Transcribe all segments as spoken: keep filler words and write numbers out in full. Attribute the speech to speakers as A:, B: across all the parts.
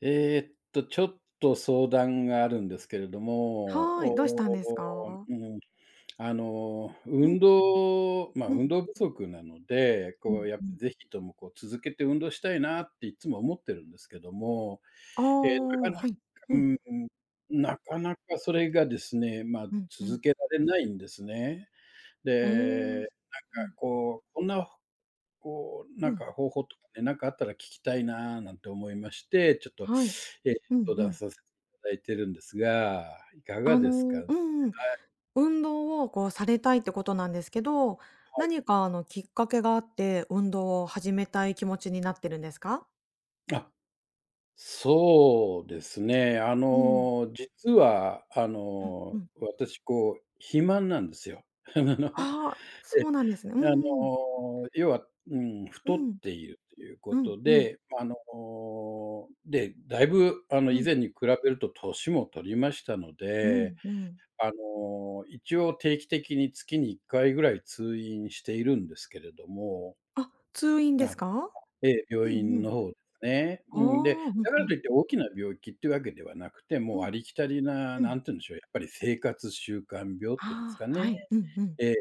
A: えーっと、ちょっと相談があるんですけれども、
B: はい、どうしたんです
A: おー
B: か？
A: うん、あの、
B: うん、
A: 運動まあ、
B: う
A: 運
B: ん、
A: 動不足なので、
B: う
A: こ
B: ん、
A: うやっ
B: う
A: ぱ
B: ん。
A: ぜひともこう続けて運動したいなっていつも思ってるんですけども、
B: あ
A: えーなか
B: あ、は
A: なか、
B: い。
A: う
B: うん、
A: ん、なかなかそれがですね、まあ、
B: うん、う
A: 続
B: ん。
A: けられないんですね。で、
B: おお。
A: なん
B: う
A: か
B: ん、
A: こう、こんなこう、な
B: う
A: んか
B: ん。
A: 方法とかね、なんかあったら聞きたいななんて思いまして、ちょっと、
B: はい。
A: えー
B: うん、
A: 相
B: う
A: 談
B: ん。
A: させていただいてるんですが、いかが
B: あ
A: ですか？は
B: の、
A: い。
B: うんうん。運動をこうされたいってことなんですけど、何かあのきっかけがあって、運動を始めたい気持ちになってるんですか？
A: あ、そうですね。あ
B: うん、
A: の、実は、あ
B: うん、う
A: の、
B: ん。
A: 私こう、肥満なんですよ。あの、
B: ああ、そうなんですね。う
A: え、あ
B: んうん。
A: の、要は、うん、
B: う
A: 太っ
B: ん、
A: ているというこ
B: うん、
A: と
B: うん、
A: で、あの、で、だいぶ、あの、
B: う
A: 以
B: ん、
A: 前に比べると年も取りましたの
B: う
A: で、
B: ん、うん。
A: あの、一応定期的に月にいっかいぐらい通院しているんですけれども、
B: あ、通院です
A: あ、
B: か？
A: ええ、
B: う
A: 病
B: ん、う
A: 院
B: ん。
A: の方ですね。
B: ああ、
A: うん、で、
B: うん、
A: だか
B: う
A: ら
B: ん、
A: といって大きな病気っていうわけではなくて、
B: う
A: もうあ
B: ん、
A: りきたりな、
B: う
A: な
B: ん。
A: んて言うんでしょう、やっぱり生活習慣病っ
B: あ
A: ていうんですか
B: あ、は
A: ね。
B: い。うんうん。
A: ええ。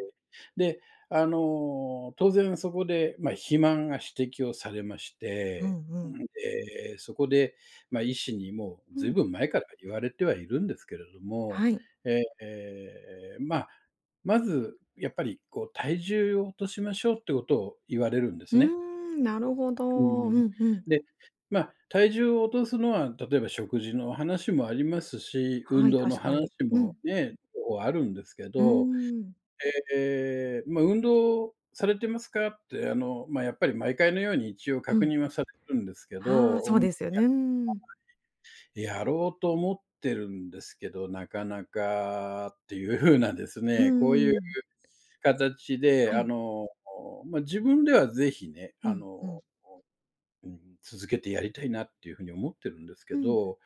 A: で、あの、当然そこで、まあ、肥満が指摘をされまし
B: う
A: て、
B: んうん。
A: で、そこで、まあ、医師にもう
B: う
A: ずい
B: ん。
A: ぶん前から言われてはいるんですけれども、
B: はい。
A: ええ、まあ、まずやっぱりこう体重を落としましょうってことを言われるんで
B: う
A: す
B: ー
A: ね。
B: ん、なるほ
A: う
B: ど。う
A: ん。
B: んうん。
A: で、まあ、体重を落とすのは、例えば食事の話もありますし、運
B: はい、
A: 動の
B: 確か
A: 話
B: に。う
A: も
B: ん。
A: ね、あるんですけ
B: うー
A: ど、
B: ん。
A: ええ、まあ、運動されてますかって、あの、まあ、やっぱり毎回のように一応
B: う
A: 確
B: ん。
A: 認はされるんですけ
B: ああ、
A: ど、
B: そ
A: う
B: う
A: ん、
B: ですよね。うーん。
A: やろうと思ってるんですけど、なかなかっていう風なです
B: うんう
A: ね、こう
B: ん
A: いう
B: うん。
A: 形で、
B: は
A: あ
B: い。
A: の、まあ、自分ではぜひね、
B: う
A: あ
B: んう
A: の、
B: ん。
A: うん、続けてやりたいなっていう風に思ってるんですけ
B: うん。
A: ど、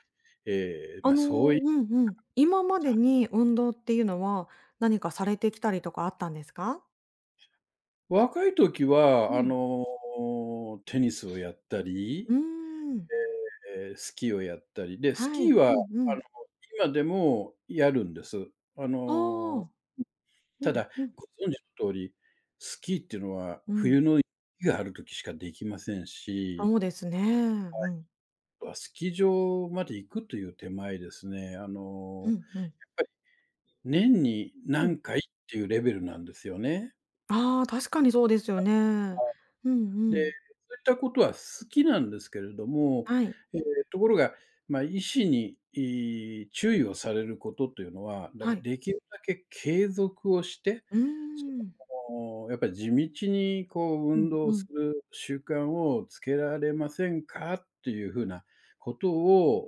A: ええ、
B: あ
A: まあ、
B: の、
A: そういう。
B: うんうん。今までに運動っていうのは、何かされてきたりとかあったんですか？
A: 若い時
B: う
A: は、あ
B: ん。
A: の、テニスをやったり、
B: うーん。
A: えースキーをやったり、で、ス
B: は
A: キー
B: い。
A: はあ
B: う
A: の、
B: んうん。
A: 今でもやるんです。あ
B: あ
A: の、
B: あ。う
A: た
B: ん
A: だ、
B: うん。
A: ご存知の通り、スキーっていうのは
B: うん。
A: 冬の雪がある時しかできませんし、
B: そうですね。うん。
A: スキー場まで行くという手前ですね、あ
B: う
A: の、
B: んうん。
A: 年に
B: う
A: 何
B: ん。
A: 回っていうレベルなんですよね。
B: ああ、確かにそうですよね。うんう
A: で、
B: ん。
A: そういったことは好きなんですけれども、
B: はい。
A: えーところが、まあ、医師に、いー注意をされることというのは、だか
B: は
A: ら
B: い。
A: できるだけ継続をして、
B: うーん。
A: その、やっぱり地道にこう
B: う
A: 運
B: ん
A: 動
B: う
A: す
B: ん。
A: る習慣をつけられませんかっていうふうなこと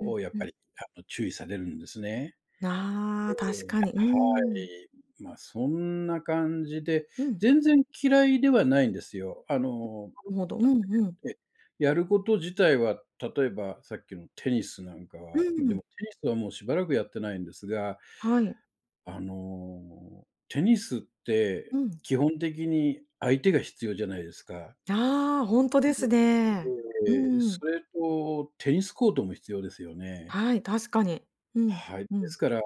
B: うん
A: やっ
B: う
A: ぱ
B: ん。
A: り、あの、注意されるんですね。
B: ああ、確かに。う
A: は
B: ーん。
A: い、まあ、そんな感じで、
B: うん。
A: 全然嫌いではないんですよ。あの
B: なるほど。うんうん。
A: え、やること自体は、例えばさっきのテニスなんか
B: う
A: は、ま、で
B: ん。
A: もテニスはもうしばらくやってないんですが、
B: はい。
A: あの、テニスって
B: うん。
A: 基本的に相手が必要じゃないですか。
B: ああ、ほんとで
A: で、
B: すね。うんう
A: そ
B: ん。
A: れとテニスコートも必要ですよね。
B: はい、確かに。うん。
A: はい。で
B: う
A: す
B: ん。
A: から、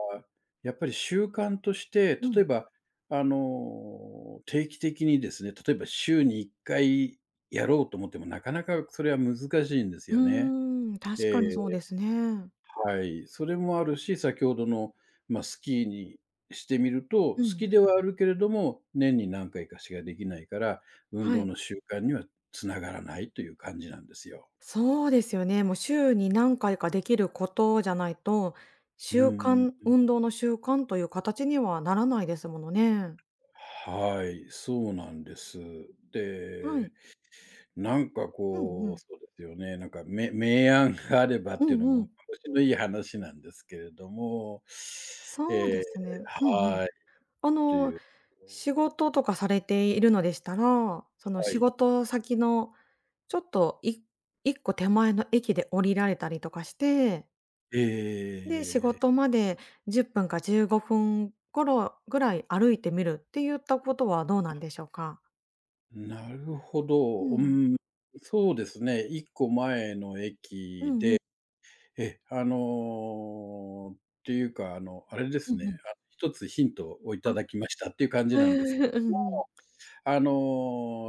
A: やっぱり習慣として、
B: う
A: 例え
B: ん。
A: ば、あの、定期的にですね、例えば週にいっかいやろうと思っても、なかなかそれは難しいんです
B: う
A: よね。
B: ーん、
A: え
B: 確かにそう
A: え。
B: ですね。
A: はい、それもあるし、先ほどの、まあ、スキーにしてみると、好
B: うん。
A: きではあるけれども、年に何回かしかできないから、運
B: は
A: 動
B: い。
A: の習慣にはつながらないという感じなんですよ。
B: そうですよね。もう週に何回かできることじゃないと、
A: う
B: 習
A: ー
B: 慣
A: ん。
B: 運動の習慣という形にはならないですものね。
A: はい、そうなんです。
B: は
A: で、
B: い。
A: なんか
B: うんう
A: こう、
B: ん。
A: そうですよね、なんか、め明暗があればっ
B: う
A: ていう
B: ん
A: の
B: う
A: も
B: ん。
A: 私のいい話なんですけれども、
B: そう
A: え
B: ですね。うん
A: ー
B: うん。
A: はい。
B: あの、仕事とかされているのでしたら、その
A: は
B: 仕
A: い。
B: 事先のちょっといいっこ手前の駅で降りられたりとかして、
A: え
B: で、仕事
A: え。
B: までじゅっぷんかじゅうごふん頃ぐらい歩いてみるって言ったことはどうなんでしょうか？
A: なるほ
B: う
A: ど。う
B: ん。
A: ん、そうですね。いっこまえの
B: う
A: 駅
B: んうん。
A: で、え、あの、っていうか、あの、あれで
B: う
A: すね、
B: んうん。
A: あ、つヒントをいた
B: あ、
A: だきましたっていう感 じ
B: へ
A: な
B: え、
A: んですけ
B: うん
A: ど
B: うん。
A: も、あ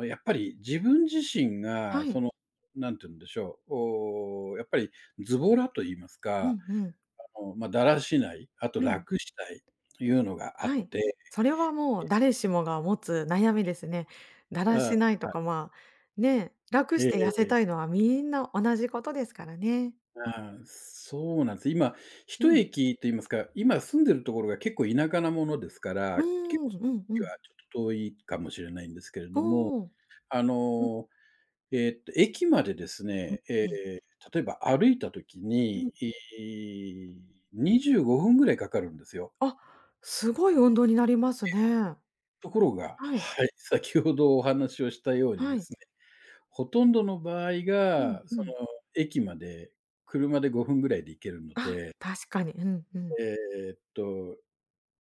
A: の、やっぱり自分自身
B: は
A: が、そ
B: い。
A: の、なんて言うんでしょう、おーやっぱりズボラと言います
B: う
A: か、
B: んうん。
A: あの、まあ、だらしない、あと
B: うん。
A: 楽したいというのがあっ
B: はい。
A: て、
B: それはもう誰しもが持つ悩みですね。だら
A: あ、
B: しないと
A: はい。
B: か、まあ、ね、楽し
A: え
B: て痩せたい
A: え。
B: のはみんな同じことですからね。
A: ああ、そうなんです。今、
B: う
A: 一
B: ん。
A: 駅と言いますか、今住んでるところが結構田舎なものですか
B: う
A: ら、
B: ー
A: 結
B: ん、
A: 構
B: うんう
A: 駅は
B: ん。
A: ちょっと遠いかもしれないんですけれども、
B: おお。
A: あ
B: うん
A: の、えっと、駅までですね、ええ、
B: うんうん。
A: 例えば歩いた時
B: う
A: に、
B: ん。
A: いにじゅうごふんぐらいかかるんですよ。
B: あ、すごい運動になりますね。
A: ところが
B: はい、
A: はい、先ほどお話をしたようにで
B: はい。
A: すね、ほとんどの場合
B: うん
A: が、
B: う
A: そ
B: ん。
A: の、駅まで車でごふんぐらいで行けるの
B: あ、
A: で、
B: 確かに。うんうん。
A: えーっと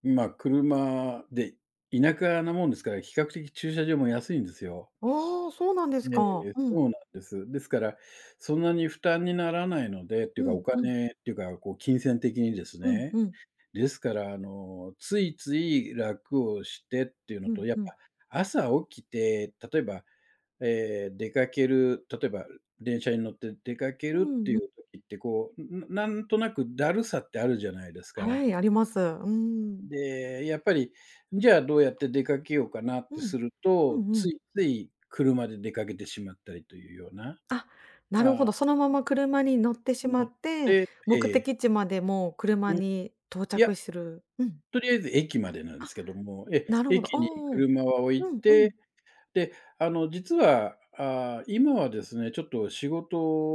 A: まあ、車で、田舎なもんですから、比較的駐車場も安いんですよ。
B: ああ、そうなんで
A: え
B: すか。
A: え、
B: う
A: そ
B: ん。
A: うなんです。ですから、そんなに負担にならないのでっていう
B: う
A: か、お
B: んうん。
A: 金っていうか、こう、金銭的にです
B: うん
A: ね。
B: うん。
A: ですから、あの、ついつい楽をしてっていうの
B: う
A: と、
B: ん
A: やっ
B: うん。
A: ぱ朝起きて、例えば、ええ、出かける、例えば電車に乗って出かけ
B: う
A: る
B: ん
A: ってい
B: うん。
A: う時って、こう、んなんとなくだるさってあるじゃないです
B: は
A: か。
B: い、あります。うん。
A: で、やっぱり、じゃあどうやって出かけようかなっ
B: う
A: てす
B: ん。
A: る
B: う
A: と、
B: んう
A: つ
B: ん。
A: いつい車で出かけてしまったりというような、
B: あ、なるほ
A: あ
B: ど、
A: あ、
B: そのまま車に乗ってしま
A: 乗っ
B: って、
A: てえ
B: 目
A: え、
B: 的地までもう車
A: うん、
B: に到
A: いや、
B: 着するうん。
A: とりあえず駅までなんで
B: あ、
A: すけども、え、
B: なるほど。
A: 駅に
B: おお
A: 車は置い
B: うんうん。
A: て、で、あの、実は、ああ、今はですね、ちょっと仕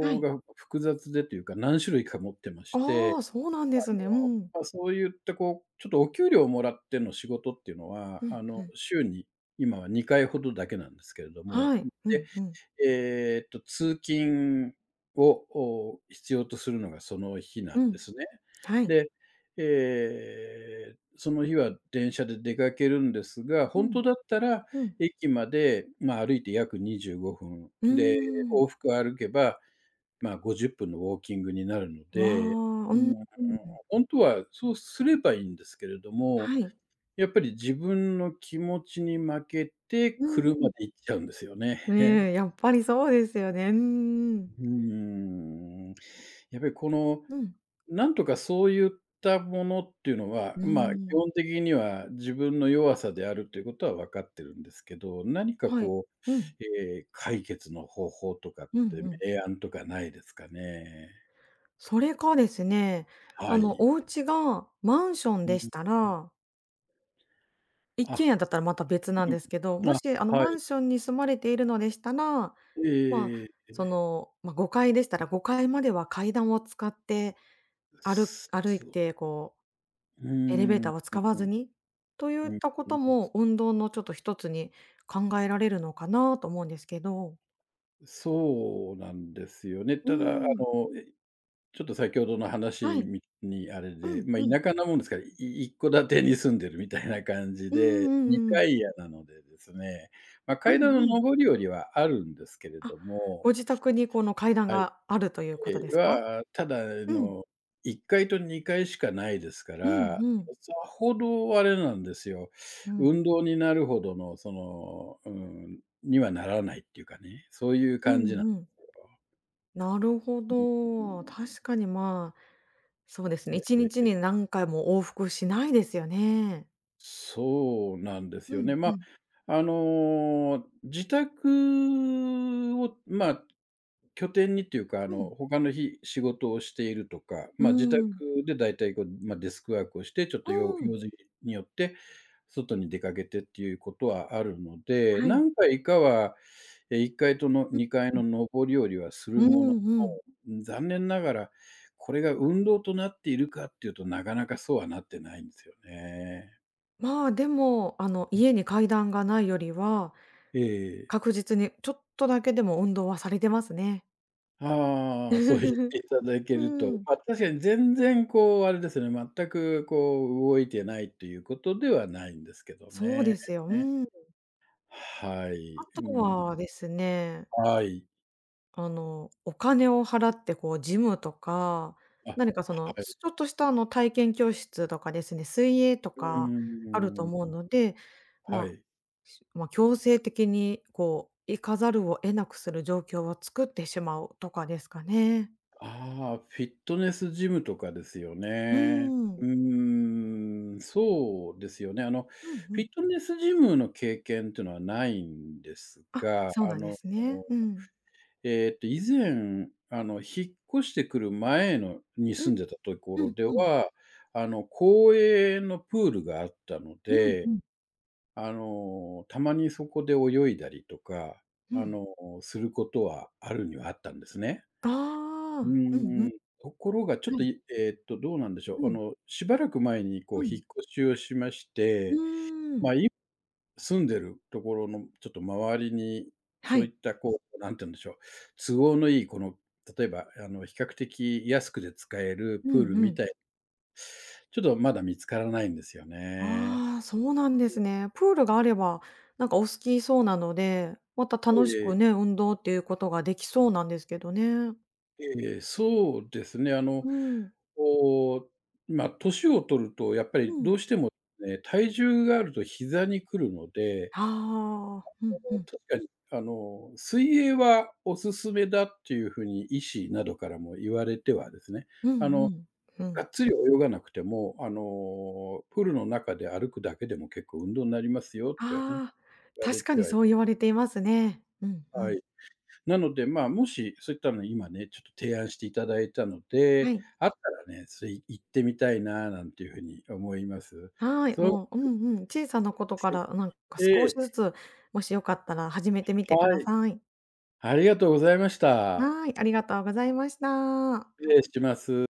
B: はい。
A: が複雑でというか、何種類か持ってまし
B: あ
A: て、
B: あ、そうなんで
A: あの、
B: すね。うん。
A: まあ、そういったこう、ちょっとお給料をもらっての仕事っていうのは、
B: うん
A: あの、
B: うん。
A: 週に今はにかいほどだけなんですけれども、
B: はい。う
A: で、
B: んうん。
A: えーっと、通勤を、お、必要とするのがその日な
B: う
A: んで
B: ん。
A: すね。
B: はい。
A: で、えーその日は電車で出かけるんですが、
B: う
A: 本当
B: ん。
A: だったら
B: うん。
A: 駅まで、まあ、歩いて約にじゅうごふん、
B: うー
A: で、往
B: ん。
A: 復歩けばまあ、ごじゅっぷんのウォーキングになるの
B: わあ、
A: で、
B: う
A: うー
B: ん
A: ん、
B: うん。
A: ほんとはそうすればいいんですけれども、
B: はい。
A: やっぱり自分の気持ちに負けて
B: うん。
A: 車で行っちゃうんですよね。
B: ねえ、やっぱりそうですよね。ううん。
A: うー ん。やっぱりこの、
B: うん。
A: なんとかそういったものっていうのは、
B: うー
A: まあ、基
B: ん、
A: 本的には自分の弱さであるということは分かってるんですけど、何か
B: はい。
A: こ
B: うん。
A: う、ええ、解決の方法とかっ
B: うん
A: て
B: うん。
A: 明暗とかないですかね？
B: それかですね、
A: は
B: あの、
A: い。
B: お家がマンション
A: うん、
B: でした
A: うん。
B: ら、一
A: あ、
B: 軒家だったらまた別なん
A: う
B: ですけど、
A: ん。
B: も
A: あ、
B: し、あの、
A: は
B: マ
A: い。
B: ンションに住まれているのでしたら、
A: え
B: まあ、
A: えええええ。
B: その、ま、ごかいでしたらごかいま
A: あ、
B: では階段を使って、歩歩い
A: そう。
B: て、こ
A: うー
B: う、エレベー
A: ん、う
B: タ
A: ん
B: ーを使わ
A: う
B: ず
A: ん、
B: にとゆ
A: う
B: っ
A: ん、
B: たこ
A: うん。
B: とも、運動のちょっとひとつに考えられるのかなと思うんですけど。
A: そうなんですよね。
B: うー
A: ただ、あ
B: ん。
A: の、え、ちょっと先ほどの
B: は
A: 話
B: い。
A: みにあれ
B: う
A: で、
B: ん
A: ま、
B: うん。
A: 田舎なもんですから、い一戸建てに住んでるみたいな感じ
B: うんう
A: で、
B: んう
A: 2
B: ん
A: 階家なのでですね、ま、
B: う
A: 階
B: ん
A: 段
B: う
A: の
B: ん。
A: 上り下りはあるんですけれ
B: あ、
A: ども、
B: ご自宅にこの階段
A: はい。
B: があるということですか？
A: は、ただ、あ
B: うん。
A: の、いっかいとにかいしかないですか
B: うん
A: ら、
B: うん。
A: さほどあれなんですよ、
B: うん。
A: 運動になるほどの、その、うん、にはならないっていうかね、そういう
B: う
A: 感じ
B: ん
A: なん。
B: うん。なるほど。確かに、まあ、そうですね、いちにちに何回も往復しないですよね。
A: そうなんです
B: う
A: よね。
B: ん
A: ま
B: う
A: あ、
B: ん。
A: あの、自宅を、まあ、拠点にっていうか、あ
B: う
A: の、
B: ん。
A: 他の日仕事をしているとか、
B: う
A: まあ、自宅
B: ん。
A: でだいたいこう、まあ、デスクワークをして、ちょっとよ
B: う
A: う
B: ん。
A: 用事によって、外に出かけてっていうことはあるので、
B: はい。
A: 何回かは、え、いっかいとの
B: う
A: にかい
B: ん。
A: の上り下りはす
B: う
A: るもの
B: んうん。
A: の、残念ながら、これが運動となっているかっていうと、なかなかそうはなってないんですよね。
B: まあ、でも、あの、家に階段がないよりは、
A: ええ。
B: 確実にちょっとだけでも運動はされてますね。
A: ああ、そう言って いただけ
B: う
A: ると、
B: ん。
A: まあ、確かに全然こうあれですね、全くこう動いてないということではないんですけど
B: そう
A: ね。
B: ですよ。うん。
A: は
B: あ
A: い。う
B: と
A: ん、
B: はですね、
A: はい。
B: あの、お金を払ってこうジムとか、
A: あ、
B: 何かその、
A: はい。
B: ちょっとしたあの体験教室とかですね、水泳と
A: う
B: かあると
A: ー
B: 思う
A: ん。
B: ので、ま
A: は
B: あ、
A: い。
B: しまあ、強制的にこう行かざるを得なくする状況を作ってしまうとかですかね。
A: ああ、フィットネスジムとかですよ
B: うー
A: ね。う
B: ん。
A: ーん、そうですよね。あの、
B: うんう
A: フィ
B: ん。
A: ットネスジムの経験っていうのはないんです
B: あ、
A: が、
B: そう
A: あ
B: なんで
A: の
B: すね。うん。
A: えっと、以前、あの、引っ越してくる前のに
B: うん
A: 住んでたとこ
B: う
A: ろ
B: ん
A: で
B: うん。
A: は、あの、公営のプールがあったの
B: うんう
A: で、
B: ん。
A: あの、たまにそこで泳いだりとか、
B: う
A: あ
B: ん。
A: の、することはあるにはあったんですね。
B: あ
A: うー
B: あ、うんうん。
A: ん、ところがちょっ
B: は
A: と、
B: い。
A: いえっと、どうなんでしょ
B: う
A: う、あ
B: ん。
A: の、しばらく前にこう
B: う
A: 引
B: ん。
A: っ越しをしまし
B: う
A: て、
B: ーん。
A: 住んでるところのちょっと周りに、
B: は
A: そうい
B: い。
A: ったこう、なんて言うんでしょう、都合のいいこの、例えばあの、比較的安くで使える
B: う
A: プール
B: んう
A: み
B: ん。
A: たい、ちょっとまだ見つからないんですよね。
B: ああ、そうなんですね。プールがあれば、なんかお好きそうなので、また楽し
A: ええ、
B: くね、運動っていうことができそうなんですけどね。
A: ええ、そうですね、あの、
B: うん、
A: こう、まあ、年を取るとやっぱ
B: う
A: りど
B: ん。
A: うしてもね、体重があると膝にくるので、
B: ああ、うんうん。
A: 確かにあの、水泳はおすすめだっていうふうに医師などからも言われてはですね、
B: うんう
A: あの
B: ん。う
A: が
B: ん。
A: っつり泳がなくても、あの、プールの中で歩くだけでも結構運動になりますよってはね、
B: ああ、
A: 言われ
B: 確か
A: て
B: に
A: はい
B: そう言われていますね。うんう
A: は
B: ん。
A: い。なので、まあ、もしそういったの今ね、ちょっと提案していただいたの
B: は
A: で、
B: い。
A: あったらね、それ行ってみたいななんていうふうに思います。
B: はい、
A: そう
B: も
A: で
B: う、うんうん、小さなこと
A: す
B: か
A: ね。
B: らなんか
A: え
B: 少し
A: え、
B: ずつ、もしよかったら始めてみてく
A: は
B: だ
A: い。
B: さい。
A: ありがとうございました。
B: はい、ありがとうございました。
A: 失礼します。